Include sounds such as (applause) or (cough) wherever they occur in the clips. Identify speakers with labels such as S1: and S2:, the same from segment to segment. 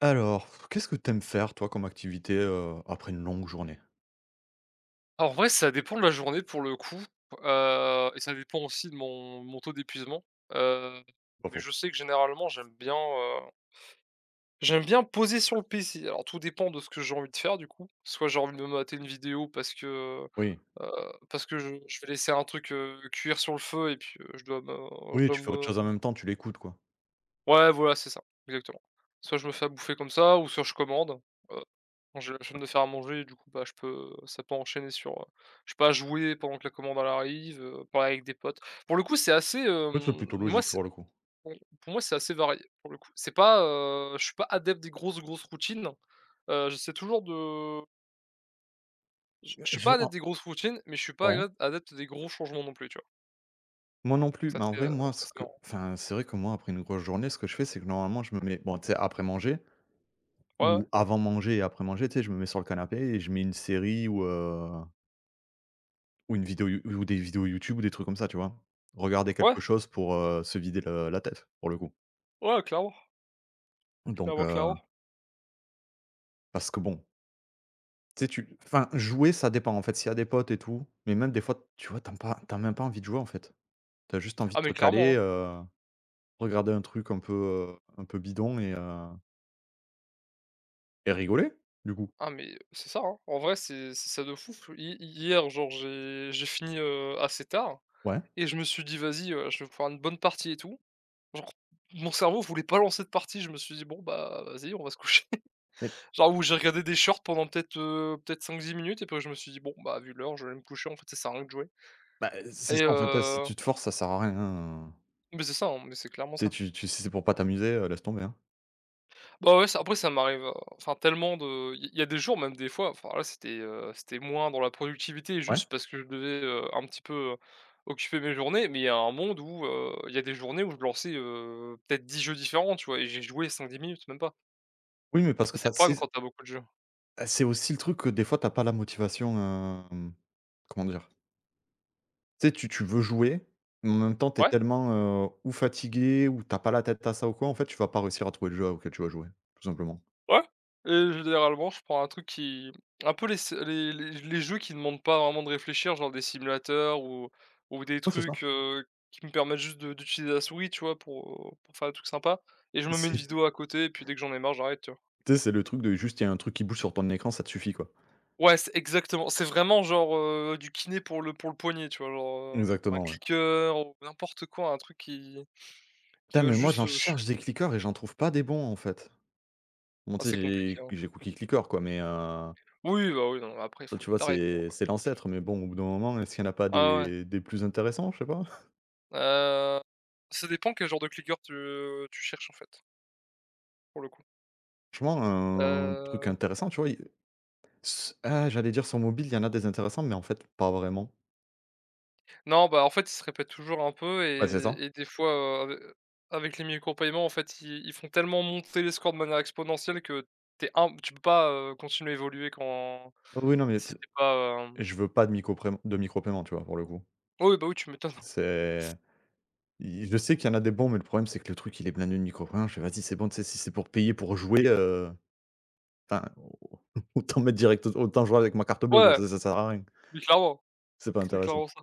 S1: Alors, qu'est-ce que t'aimes faire, toi, comme activité, après une longue journée?
S2: Alors, en vrai, ça dépend de la journée pour le coup, et ça dépend aussi de mon taux d'épuisement, heu,
S1: Pas
S2: mais
S1: faux.
S2: je sais que généralement j'aime bien poser sur le PC. Alors tout dépend de ce que j'ai envie de faire du coup. Soit j'ai envie de me mater une vidéo parce que,
S1: Oui.
S2: heu, parce que je vais laisser un truc, cuire sur le feu et puis, je
S1: Oui,
S2: dois
S1: tu fais autre chose en
S2: me
S1: même temps, tu l'écoutes, quoi.
S2: ouais, voilà, c'est ça, exactement. Soit je me fais à bouffer comme ça ou soit je commande, heu, quand j'ai la flemme de faire à manger et du coup, bah, je peux ça peut enchaîner sur, je sais pas, jouer pendant que la commande elle arrive, parler avec des potes. Pour le coup, c'est assez,
S1: Oui, c'est
S2: hem,
S1: plutôt
S2: moi
S1: logique
S2: c'est
S1: pour le coup.
S2: pour moi, c'est assez varié, pour le coup. C'est pas, je suis pas adepte des grosses, grosses routines, j'essaie toujours de je suis pas
S1: Je
S2: adepte
S1: en
S2: des grosses routines, mais je suis pas
S1: Ouais.
S2: agrep adepte des gros changements non plus, tu vois?
S1: Moi non plus,
S2: Ça
S1: mais en
S2: c'est,
S1: vrai,
S2: heu,
S1: moi,
S2: ça
S1: ce
S2: c'est
S1: que
S2: marrant.
S1: enfin, c'est vrai que moi, après une grosse journée, ce que je fais, c'est que normalement, je me mets bon, tu sais, après manger
S2: Ouais,
S1: ou avant manger et après manger, tu sais, je me mets sur le canapé et je mets une série ou une vidéo You ou des vidéos YouTube ou des trucs comme ça, tu vois? Regarder
S2: ouais.
S1: quelque chose pour, se vider le la tête, pour le coup.
S2: Ouais, ouais, clairement,
S1: Donc
S2: clairement, clairement.
S1: parce que bon Tu sais, tu enfin, jouer, ça dépend, en fait, s'il y a des potes et tout, mais même des fois, tu vois, t'as même pas envie de jouer, en fait. T'as juste envie de
S2: Ah mais
S1: te caler,
S2: clairement, hein.
S1: regarder un truc un peu bidon et rigoler, du coup.
S2: Ah mais c'est ça, hein. En vrai, c'est ça de fou. Hi Hier, genre, j'ai fini, assez tard
S1: Ouais.
S2: et je me suis dit: «Vas-y, je vais faire une bonne partie et tout». Genre, mon cerveau voulait pas lancer de partie, je me suis dit: «Bon, bah, vas-y, on va se coucher».
S1: Mais,
S2: (laughs) Genre, où j'ai regardé des shorts pendant peut-être 5 10 minutes et puis je me suis dit: «Bon, bah, vu l'heure, je vais aller me coucher, en fait, ça sert à rien de jouer».
S1: bah, c'est
S2: et
S1: ça, en fait, hein, si
S2: heu
S1: tu te forces, ça sert à rien, hein.
S2: mais c'est ça, hein, mais c'est clairement
S1: Tu sais,
S2: ça.
S1: tu tu si c'est pour pas t'amuser, laisse tomber, hein.
S2: Bah, ouais, ça après ça m'arrive, enfin tellement de il y a des jours, même des fois, enfin là c'était moins dans la productivité
S1: Ouais.
S2: juste parce que je devais, un petit peu, occuper mes journées, mais il y a un monde où, il y a des journées où je lançais, peut-être 10 jeux différents, tu vois? Et j'ai joué 5 10 minutes, même pas.
S1: Oui, mais parce que
S2: Ça, c'est
S1: tu
S2: le problème
S1: c'est
S2: quand t'as beaucoup de jeux.
S1: c'est aussi le truc que des fois, t'as pas la motivation, hem, comment dire? Tu sais, tu veux jouer, mais en même temps, t'es
S2: Ouais?
S1: tellement, ou fatigué ou t'as pas la tête à ça ou quoi, en fait, tu vas pas réussir à trouver le jeu auquel tu vas jouer, tout simplement.
S2: Ouais, et généralement, je prends un truc qui un peu les jeux qui ne demandent pas vraiment de réfléchir, genre des simulateurs ou des
S1: Ouais, c'est
S2: trucs,
S1: ça. (laughs)
S2: qui me permettent juste de d'utiliser la souris, tu vois? Pour faire des trucs sympas, et je me mets une
S1: C'est
S2: vidéo à côté et puis dès que j'en ai marre, j'arrête, tu vois?
S1: Tu sais, c'est le truc de juste, il y a un truc qui bouge sur ton écran, ça te suffit, quoi.
S2: Ouais, c'est exactement, c'est vraiment genre, du kiné pour le poignet, tu vois? Genre, un
S1: Exactement, ouais.
S2: clicker ou n'importe quoi, un truc qui
S1: Putain,
S2: va
S1: mais moi, j'en
S2: juste, ch
S1: cherche des clickers et j'en trouve pas des bons, en fait. Bon,
S2: ah,
S1: tu sais,
S2: c'est
S1: j'ai
S2: compliqué, hein.
S1: j'ai Cookie Clicker, quoi, mais
S2: Oui, bah, oui, non, après, il
S1: toi,
S2: faut
S1: tu
S2: être
S1: vois,
S2: taré pour,
S1: c'est l'ancêtre, mais bon, au bout d'un moment, est-ce qu'il n'y en a pas
S2: ah ouais.
S1: des plus intéressants? Je sais pas. (laughs)
S2: Heu, Ça dépend quel genre de clicker tu cherches en fait, pour le coup.
S1: Franchement, un truc
S2: Heu,
S1: intéressant, tu vois, il s ah, j'allais dire sur mobile, il y en a des intéressants, mais en fait, pas vraiment.
S2: non, bah, en fait, ils se répètent toujours un peu,
S1: Bah, c'est
S2: et
S1: ça.
S2: des fois, avec les micro-paiements, en fait, ils font tellement monter les scores de manière exponentielle que t'es un tu peux pas, continuer à évoluer quand
S1: Oui, non, mais
S2: si
S1: t
S2: t'es pas, hem
S1: je veux pas de micro de micro-paiement, tu vois, pour le coup.
S2: oui, bah, oui, tu m'étonnes.
S1: C'est
S2: (laughs)
S1: i Je sais qu'il y en a des bons, mais le problème, c'est que le truc, il est blindé de micro paiement. Je fais: «Vas-y, c'est bon, tu sais, si c'est pour payer pour jouer, enfin, au (laughs) autant mettre direct autant jouer avec ma carte bleue, quoi,
S2: Ouais,
S1: ça sert à rien.
S2: mais clairement,
S1: C'est pas
S2: c'est
S1: intéressant».
S2: clairement ça.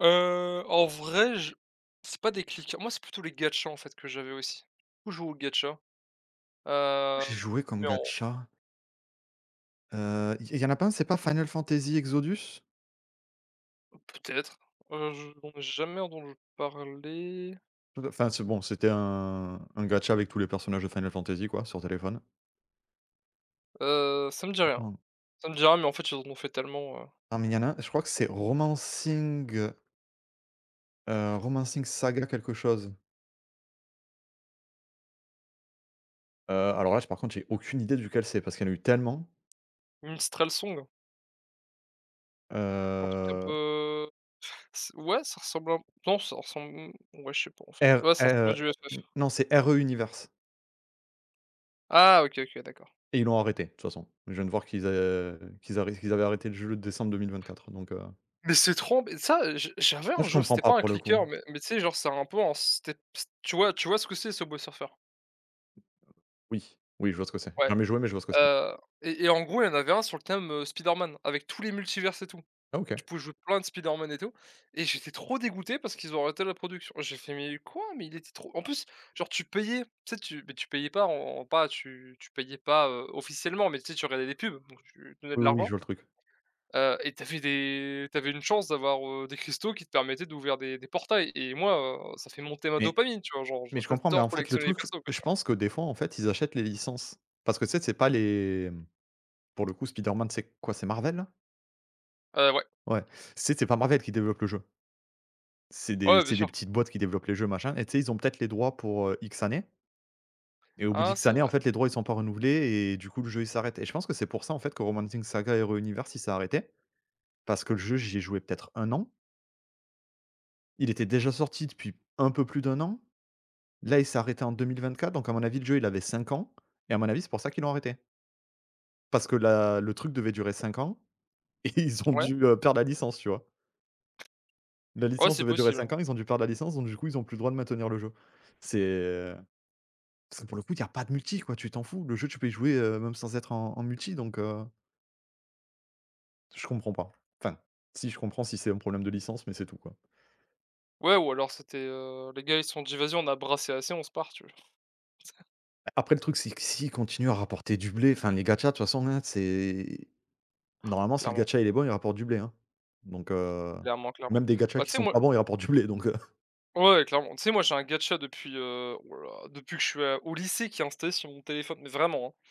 S2: En vrai, je C'est pas des clickers, moi, c'est plutôt les gachas en fait, que j'avais aussi. Toujours joué aux gatchas,
S1: J'ai joué comme
S2: mais en
S1: gacha, il y en a pas un, c'est pas Final Fantasy Exodus?
S2: peut-être. Je n'en ai jamais entendu parler,
S1: Enfin, c'est bon, c'était un gacha avec tous les personnages de Final Fantasy, quoi, sur téléphone.
S2: ça me dit rien.
S1: Non.
S2: Ça me dit rien, mais en fait, ils en ont fait tellement,
S1: Non, mais il y en a un, je crois que c'est Romancing Saga quelque chose. Alors là, par contre, j'ai aucune idée duquel c'est parce qu'il y en a eu tellement.
S2: Minstrel Song? Un truc un
S1: Heu,
S2: peu c ouais, ça ressemble un, non, ça ressemble, mmh, ouais, je sais pas, en fait.
S1: R
S2: Ouais, ça ressemble à du FF.
S1: Non, c'est RE Universe
S2: Ah OK, OK, d'accord.
S1: et ils l'ont arrêté, de toute façon. Je viens de voir qu'ils avaient arrêté le jeu le décembre 2024, donc,
S2: Mais c'est trop embê ça, j'avais
S1: ça,
S2: un
S1: je
S2: jeu,
S1: comprends
S2: c'était
S1: pas
S2: pas un
S1: pour le coup.
S2: clicker, mais tu sais, genre, c'est un peu un step. Tu vois ce que c'est, ce Subway Surfer?
S1: Oui, oui, je vois ce que c'est. J'ai
S2: Ouais.
S1: jamais joué mais je vois ce que c'est.
S2: Heu et en gros, il y en avait un sur le thème, Spider-Man avec tous les multivers et tout.
S1: Ah OK.
S2: Tu pouvais jouer plein de Spider-Man et tout, et j'étais trop dégoûté parce qu'ils ont arrêté la production. J'ai fait: «Mais quoi? Mais il était trop», en plus, genre tu payais, tu sais, tu mais tu payais pas tu payais pas, officiellement, mais tu sais, tu regardais des pubs, donc tu donnais
S1: Oui,
S2: de
S1: oui, oui, je
S2: l'argent,
S1: vois le truc.
S2: et t'avais une chance d'avoir, des cristaux qui te permettaient d'ouvrir des portails, et moi, ça fait monter ma
S1: Mais
S2: dopamine, tu vois? Genre,
S1: mais je comprends, mais en
S2: j'adore
S1: fait, le
S2: collectionner les
S1: truc,
S2: persos, quoi, tu
S1: je
S2: vois?
S1: pense que des fois, en fait, ils achètent les licences parce que tu sais, c'est pas les, mmh, pour le coup, Spider-Man, c'est quoi? C'est Marvel, là?
S2: Ouais.
S1: Ouais. Tu C'est pas Marvel qui développe le jeu. C'est des
S2: Ouais, bien
S1: c'est des
S2: sûr.
S1: petites boîtes qui développent les jeux, machin, et tu sais, ils ont peut-être les droits pour, X années, et au bout
S2: Ah,
S1: d'X
S2: c'est
S1: années, en
S2: vrai.
S1: fait, les droits, ils sont pas renouvelés et du coup, le jeu, il s'arrête, et je pense que c'est pour ça, en fait, que Romancing Saga: Hero Universe, il s'est arrêté parce que le jeu, j'y ai joué peut-être 1 an. Il était déjà sorti depuis un peu plus d'un an. Là, il s'est arrêté en 2024, donc à mon avis, le jeu, il avait 5 ans, et à mon avis, c'est pour ça qu'ils l'ont arrêté. Parce que la le truc devait durer 5 ans (laughs) et ils ont
S2: Ouais.
S1: dû, perdre la licence, tu vois? La
S2: Ouais,
S1: licence
S2: c'est
S1: devait durer
S2: possible.
S1: 5 ans, ils ont dû perdre la licence donc du coup, ils ont plus le droit de maintenir le jeu. C'est Parce que pour le coup, il y a pas de multi, quoi, tu t'en fous. Le jeu, tu peux y jouer, même sans être en multi, donc, je comprends pas. Enfin, si, je comprends si c'est un problème de licence, mais c'est tout, quoi.
S2: Ouais, ou alors c'était, «Les gars, ils se sont dit: "Vas-y, on a brassé assez, on se part", tu vois?».
S1: Après, le truc, c'est que s'ils continuent à rapporter du blé, enfin, les gachas, de toute façon, hein, c'est normalement, si le
S2: Clairement,
S1: gacha, il est bon, il rapporte du blé, hein. Donc,
S2: clairement, clairement.
S1: même des gachas
S2: Bah, tu
S1: qui
S2: sais,
S1: sont
S2: moi,
S1: pas bons, ils rapportent du blé. (laughs)
S2: ouais, clairement. Tu sais, moi, j'ai un gacha depuis, oh là là, depuis que je suis, au lycée, qui est installé sur mon téléphone, mais vraiment, hein.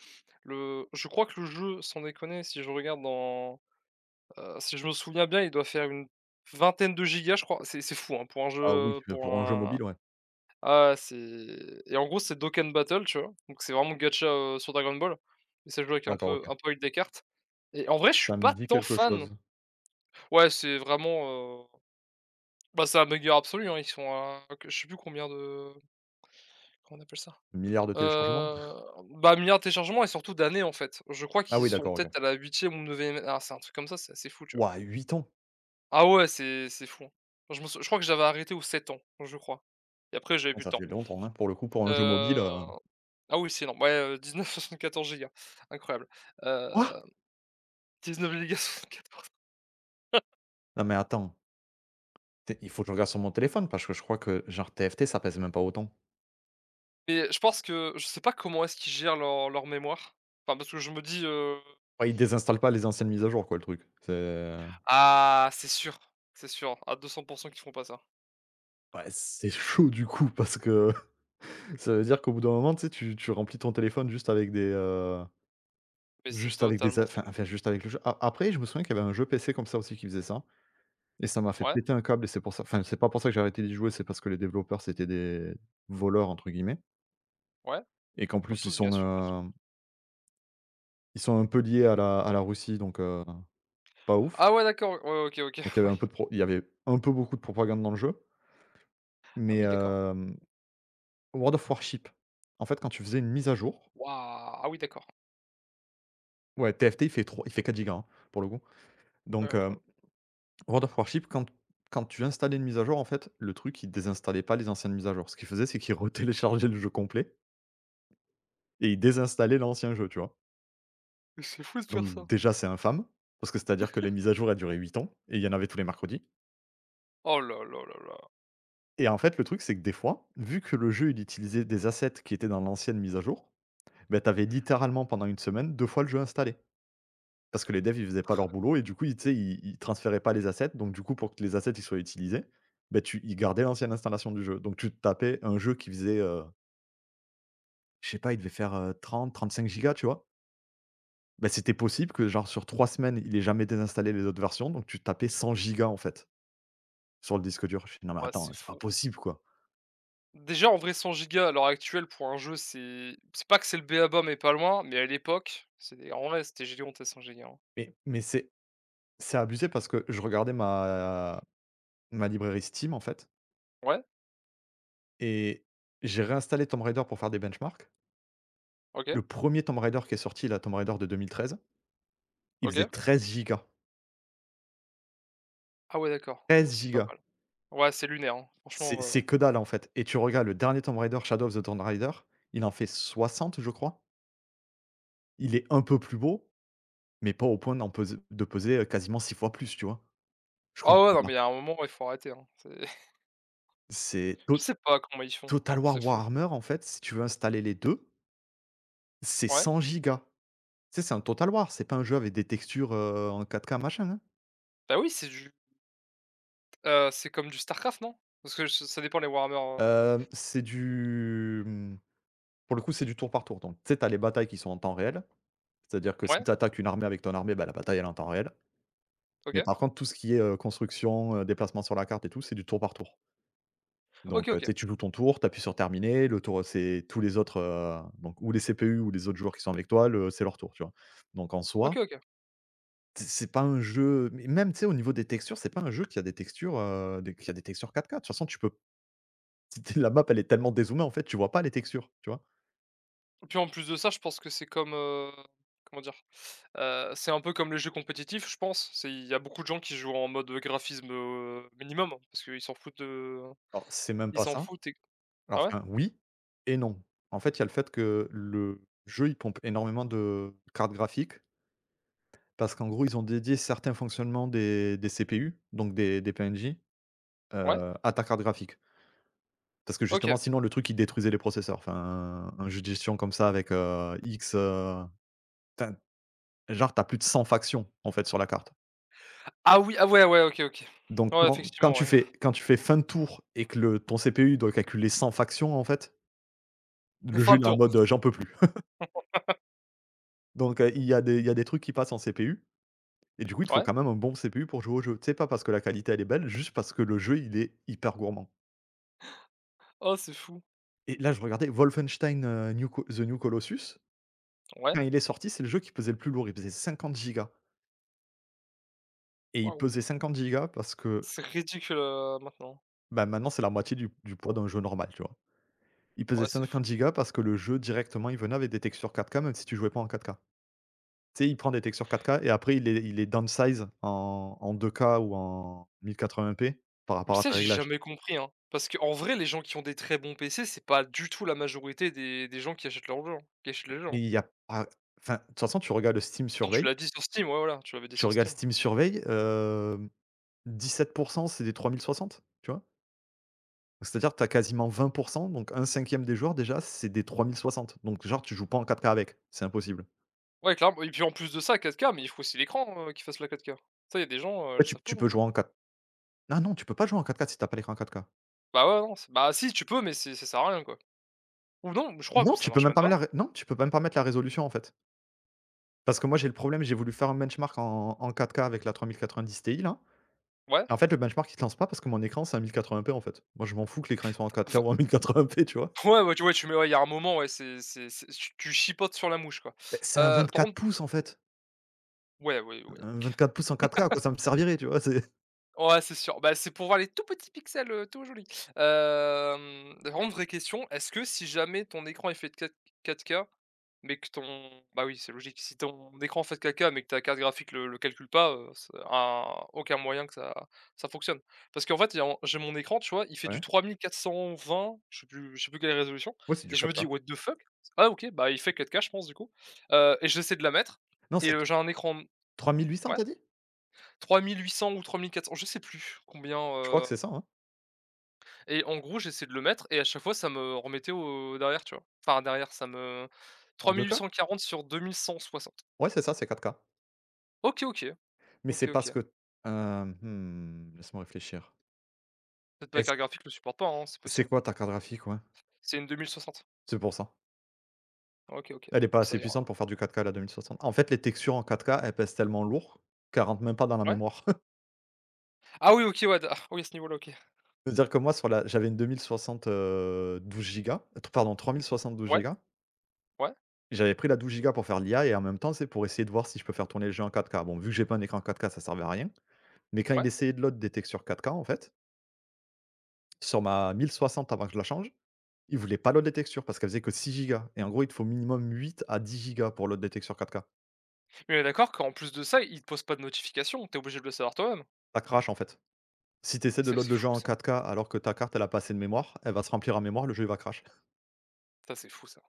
S2: Le Je crois que le jeu, sans déconner, si je regarde dans, si je me souviens bien, il doit faire une vingtaine de gigas, je crois. C'est fou, hein, pour un
S1: Ah oui,
S2: jeu, pour
S1: pour un jeu
S2: un
S1: mobile, ouais.
S2: ah, c'est et en gros, c'est Dokkan Battle, tu vois? Donc c'est vraiment gacha, sur Dragon Ball. Mais ça joue avec un
S1: D'accord,
S2: peu
S1: OK.
S2: un peu avec des cartes, et en vrai, je suis
S1: Ça me
S2: pas
S1: dit
S2: tant
S1: quelque
S2: fan.
S1: chose.
S2: Ouais, c'est vraiment, bah, c'est un bugger absolu, hein. Ils sont à, que je sais plus combien de, comment on appelle ça?
S1: Milliards de téléchargements?
S2: Heu, Bah, milliards de téléchargements et surtout d'années, en fait. Je crois
S1: Ah
S2: qu'ils
S1: oui,
S2: sont
S1: d'accord, OK.
S2: peut-être à la huitième ou neuvième, ah, c'est un truc comme ça, c'est assez fou, tu vois?
S1: Waouh, 8 ans?
S2: Ah ouais, c'est fou, hein. Je me sou Je crois que j'avais arrêté aux 7 ans, je crois, et après j'avais
S1: Ah,
S2: plus de
S1: ça
S2: temps.
S1: fait longtemps, hein, pour le coup, pour un jeu mobile,
S2: Heu,
S1: heu.
S2: ah oui, c'est énorme. Ouais, dix-neuf (laughs) virgule soixante-quatorze gigas, incroyable.
S1: Quoi?
S2: Dix neuf gigas 74.
S1: Non, mais attends, té il faut que je regarde sur mon téléphone parce que je crois que, genre, TFT, ça pèse même pas autant.
S2: Mais je pense que je sais pas comment est-ce qu'ils gèrent leur mémoire. Enfin, parce que je me dis,
S1: Ouais, il désinstalle pas les anciennes mises à jour, quoi, le truc. C'est
S2: ah, c'est sûr, à 200 qu'ils feront pas ça.
S1: Ouais, c'est
S2: C'est
S1: chaud, du coup, parce que (laughs) ça veut dire qu'au bout d'un moment, tu sais, tu remplis ton téléphone
S2: mais c'est
S1: juste avec des a
S2: totalement ça.
S1: enfin enfin, juste avec le jeu. A Après, je me souviens qu'il y avait un jeu PC comme ça aussi qui faisait ça, et ça m'a fait
S2: Ouais,
S1: péter un câble, et c'est pour ça enfin, c'est pas pour ça que j'ai arrêté d'y jouer, c'est parce que les développeurs, c'était des «voleurs» entre guillemets.
S2: ouais,
S1: Et qu'en
S2: pas
S1: plus ils
S2: tous, bien
S1: sont,
S2: sûr, pas tous.
S1: heu, ils sont un peu liés à la Russie, donc, pas ouf.
S2: Ah ouais d'accord, ouais, ouais, OK, OK,
S1: Donc il y
S2: (laughs)
S1: avait
S2: ouais.
S1: un peu de pro il y avait un peu beaucoup de propagande dans le jeu,
S2: Ah
S1: mais
S2: oui d'accord.
S1: World of Warship, en fait, quand tu faisais une mise à jour,
S2: Waouh! Ah oui d'accord.
S1: ouais. T F T il fait 4 gigas, hein, pour le coup.
S2: Ouais,
S1: Donc,
S2: incroyable.
S1: World of Warship, quand tu installais une mise à jour, en fait, le truc, il désinstallait pas les anciennes mises à jour. Ce qu'il faisait, c'est qu'il (laughs) retéléchargeait le jeu complet et il désinstallait l'ancien jeu, tu vois?
S2: Mais c'est fou de faire
S1: Donc
S2: ça.
S1: déjà, c'est infâme, parce que c'est-à-dire que les mises à jour, elles duraient 8 ans et il y en avait tous les mercredis.
S2: Oh là là là là.
S1: Et en fait, le truc, c'est que des fois, vu que le jeu, il utilisait des assets qui étaient dans l'ancienne mise à jour, ben t'avais littéralement pendant 1 semaine 2 fois le jeu installé. Parce que les devs, ils faisaient pas leur boulot et du coup, ils tu sais, ils transféraient pas les assets. Donc du coup, pour que les assets, ils soient utilisés, ben tu ils gardaient l'ancienne installation du jeu. Donc tu te tapais un jeu qui faisait, je sais pas, il devait faire, 30, 35 gigas, tu vois? Ben c'était possible que genre sur 3 semaines, il ait jamais désinstallé les autres versions, donc tu tapais 100 gigas, en fait, sur le disque dur. Je fais: «Non mais
S2: Ouais,
S1: attends,
S2: c'est
S1: c'est pas
S2: fou, hein.
S1: possible, quoi».
S2: Déjà en vrai, 100 Go à l'heure actuelle pour un jeu, c'est pas que c'est le béaba, mais pas loin, mais à l'époque, c'était en vrai, c'était gigantesque 100 Go, hein.
S1: Mais mais c'est C'est abusé parce que je regardais ma librairie Steam, en fait,
S2: Ouais,
S1: et j'ai réinstallé Tomb Raider pour faire des benchmarks.
S2: OK,
S1: Le premier Tomb Raider qui est sorti, la Tomb Raider de 2013, il faisait
S2: OK.
S1: 13 gigas.
S2: Ah ouais d'accord, ouais,
S1: 13
S2: c'est pas
S1: gigas.
S2: mal. Ouais, c'est lunaire, hein, franchement.
S1: C'est que dalle, en fait, et tu regardes le dernier Tomb Raider, Shadow of the Tomb Raider, il en fait 60, je crois. Il est un peu plus beau, mais pas au point d'en pes de peser, quasiment 6 fois plus, tu vois? Je
S2: Ah ouais,
S1: comprends
S2: non mais il
S1: pas.
S2: y a un moment, il faut arrêter, hein, c'est...
S1: C'est
S2: Je
S1: To
S2: sais pas comment ils font,
S1: Total
S2: c'est
S1: War
S2: fou.
S1: Warhammer, en fait, si tu veux installer les 2, c'est
S2: Ouais,
S1: 100 gigas. Sais, c'est un Total War, c'est pas un jeu avec des textures, en 4K machin, hein.
S2: bah oui, c'est du, c'est comme du StarCraft, non? Parce que ç ça dépend les Warhammer. heu
S1: Hem, c'est du, mmh, pour le coup, c'est du tour par tour donc tu sais, t'as les batailles qui sont en temps réel, c'est-à-dire que si
S2: ouais,
S1: tu une armée avec ton armée, bah, la bataille elle est en temps réel. Mais
S2: OK.
S1: par contre tout ce qui est, construction, déplacement sur la carte et tout, c'est du tour par tour.
S2: OK,
S1: Donc tu
S2: OK.
S1: sais, tu joues ton tour, t'appuies sur terminer, le tour, c'est tous les autres, donc ou les CPU ou les autres joueurs qui sont avec toi, le c'est leur tour, tu vois? Donc en
S2: OK,
S1: soi,
S2: OK.
S1: c'est pas un jeu mais même, tu sais, au niveau des textures, c'est pas un jeu qui a des textures, des qui a des textures quatre k. De toute façon, tu peux (laughs) la map, elle est tellement dézoomée, en fait, tu vois pas les textures, tu vois?
S2: Puis en plus de ça, je pense que c'est comme, comment dire? C'est un peu comme les jeux compétitifs, je pense. C'est il y a beaucoup de gens qui jouent en mode graphisme, minimum, hein, parce qu'ils s'en foutent de
S1: Alors, c'est même
S2: ils
S1: pas
S2: s'en
S1: ça.
S2: foutent, et
S1: Alors,
S2: ah ouais?
S1: enfin, oui et non. En fait, il y a le fait que le jeu, il pompe énormément de cartes graphiques parce qu'en gros, ils ont dédié certains fonctionnements des CPU, donc des PNJ,
S2: Ouais?
S1: à ta carte graphique. Parce que justement,
S2: OK.
S1: sinon, le truc, il détruisait les processeurs. Enfin, un jeu de gestion comme ça avec, X, enfin, genre, t'as plus de 100 factions, en fait, sur la carte.
S2: Ah oui, ah ouais, ouais, OK, OK.
S1: Donc
S2: Ouais, effectivement, ouais.
S1: quand tu fais fin de tour et que le ton CPU, il doit calculer 100 factions, en fait.
S2: (laughs)
S1: Le
S2: Fin
S1: jeu,
S2: de
S1: il est en
S2: tour,
S1: mode, j'en peux plus. Donc il y a des trucs qui passent en CPU et du coup, il te faut
S2: ouais.
S1: quand même un bon CPU pour jouer au jeu. Tu sais, pas parce que la qualité, elle est belle, juste parce que le jeu, il est hyper gourmand.
S2: Oh, c'est fou.
S1: Et là, je regardais Wolfenstein, New Co The New Colossus,
S2: Ouais,
S1: quand il est sorti, c'est le jeu qui pesait le plus lourd, il pesait 50 gigas. Et il
S2: waouh,
S1: pesait 50 gigas parce que,
S2: c'est ridicule, maintenant.
S1: bah, maintenant, c'est la moitié du poids d'un jeu normal, tu vois? Il pesait
S2: Ouais, c'est fou.
S1: 50 gigas parce que le jeu, directement, il venait avec des textures 4K, même si tu jouais pas en 4K. Tu sais, il prend des textures 4K et après il les downsize en 2K ou en 1080p par
S2: Mais
S1: rapport à
S2: ça,
S1: tes
S2: j'ai
S1: réglages.
S2: jamais compris, hein. Parce qu'en vrai, les gens qui ont des très bons PC, c'est pas du tout la majorité des gens qui achètent leurs jeux, hein, qui achètent les jeux,
S1: Mais
S2: hein.
S1: il y a pas Enfin, de toute façon,
S2: Non, tu l'as dit sur Steam, ouais, voilà, tu l'avais dit
S1: Tu
S2: sur
S1: regardes
S2: Steam.
S1: Steam Surveil, 17, c'est des 3060, tu vois? C'est-à-dire que tu as quasiment 20, donc un cinquième des joueurs déjà, c'est des 3060. Donc genre tu joues pas en 4K avec, c'est impossible.
S2: Ouais, clairement, et puis en plus de ça, 4K, mais il faut aussi l'écran, qui fasse la 4K. Ça, il y a des gens, ils le
S1: Ouais, tu
S2: savent pas
S1: tu
S2: non
S1: peux
S2: plus.
S1: jouer en 4 ah non, tu peux pas jouer en 4K si t'as pas l'écran 4K.
S2: Bah, ouais, non, c'est, bah, si, tu peux, mais c'est, ça sert à rien, quoi. Ou non, je crois que
S1: Non,
S2: ça marche même pas.
S1: tu peux même pas mettre la résolution, en fait. Parce que moi, j'ai le problème, j'ai voulu faire un benchmark en 4K avec la 3090 Ti là,
S2: Ouais.
S1: et en fait, le benchmark il se lance pas parce que mon écran, c'est un 1080p en fait. Moi, je m'en fous que l'écran il soit en 4K
S2: Enfin,
S1: ou en 1080p, tu vois?
S2: (laughs) ouais, ouais, tu mets ouais, il y a un moment, ouais, c'est tu chipotes sur la mouche, quoi.
S1: Beh, c'est un
S2: Par
S1: 24
S2: contre,
S1: pouces en fait.
S2: ouais, oui, ouais,
S1: Un
S2: OK.
S1: 24 pouces en 4K, à quoi ça me servirait, tu vois? C'est
S2: Ouais, c'est sûr. Bah, c'est pour voir les tout petits pixels, tout jolis. Hem, par contre, vraie question, est-ce que si jamais ton écran est fait de quatre 4K, mais que ton, bah, oui, c'est logique. Si ton écran fait de 4K mais que ta carte graphique le calcule pas, c'est un aucun moyen que ça fonctionne. Parce qu'en fait, il y a j'ai mon écran, tu vois, il fait du
S1: Ouais,
S2: 3420, je sais plus quelle est la résolution.
S1: ouais, c'est du
S2: Et je me dis:
S1: 4K.
S2: «What the fuck?» Ah OK, bah, il fait 4K je pense, du coup, et j'essaie de la mettre,
S1: Non, c'est
S2: j'ai un écran,
S1: 3800,
S2: ouais,
S1: t'as dit?
S2: 3800 ou 3400, je sais plus combien.
S1: Je crois que c'est ça, hein?
S2: Et en gros, j'essayais de le mettre et à chaque fois, ça me remettait au derrière, tu vois? Enfin derrière, ça me...
S1: En
S2: trois mille huit
S1: 2K?
S2: cent quarante sur 2160.
S1: Ouais, c'est ça, c'est 4K.
S2: OK, OK,
S1: Mais c'est
S2: OK,
S1: parce
S2: OK.
S1: que laisse-moi réfléchir.
S2: Peut-être ma carte
S1: Est-ce
S2: graphique le supporte pas, hein, c'est
S1: c'est
S2: possible.
S1: quoi ta carte graphique? Ouais,
S2: C'est une 2060.
S1: c'est pour ça.
S2: OK, OK.
S1: Elle est pas
S2: Bon, ça
S1: assez
S2: ira alors.
S1: puissante pour faire du 4K la 2060. En fait, les textures en 4K, elles pèsent tellement lourd qu'elles rentrent même pas dans la
S2: Ouais.
S1: mémoire. (laughs)
S2: Ah oui, OK, ouais, d ah oui, à ce niveau-là, OK.
S1: C'est-à-dire que moi sur la j'avais une 2060, 12 gigas, t pardon, 3060 12
S2: Ouais,
S1: gigas.
S2: ouais,
S1: J'avais pris la 12 gigas pour faire l'IA et en même temps, c'est pour essayer de voir si je peux faire tourner le jeu en 4K. Bon, vu que j'ai pas un écran 4K, ça servait à rien. Mais quand il
S2: ouais.
S1: essayait de load des textures 4K, en fait, sur ma 1060 avant que je la change, il voulait pas load des textures parce qu'elle faisait que 6 gigas et en gros, il te faut minimum 8 à 10 gigas pour load des textures 4K.
S2: Mais on est d'accord qu'en plus de ça, il te pose pas de notification, t'es obligé de le savoir toi-même?
S1: Ça crache, en fait. Si tu essaies
S2: Mais
S1: de
S2: ça,
S1: load
S2: c'est
S1: le jeu
S2: fou
S1: en
S2: ça.
S1: 4K alors que ta carte elle a pas assez de mémoire, elle va se remplir en mémoire, le jeu il va crash.
S2: Ça, c'est fou ça.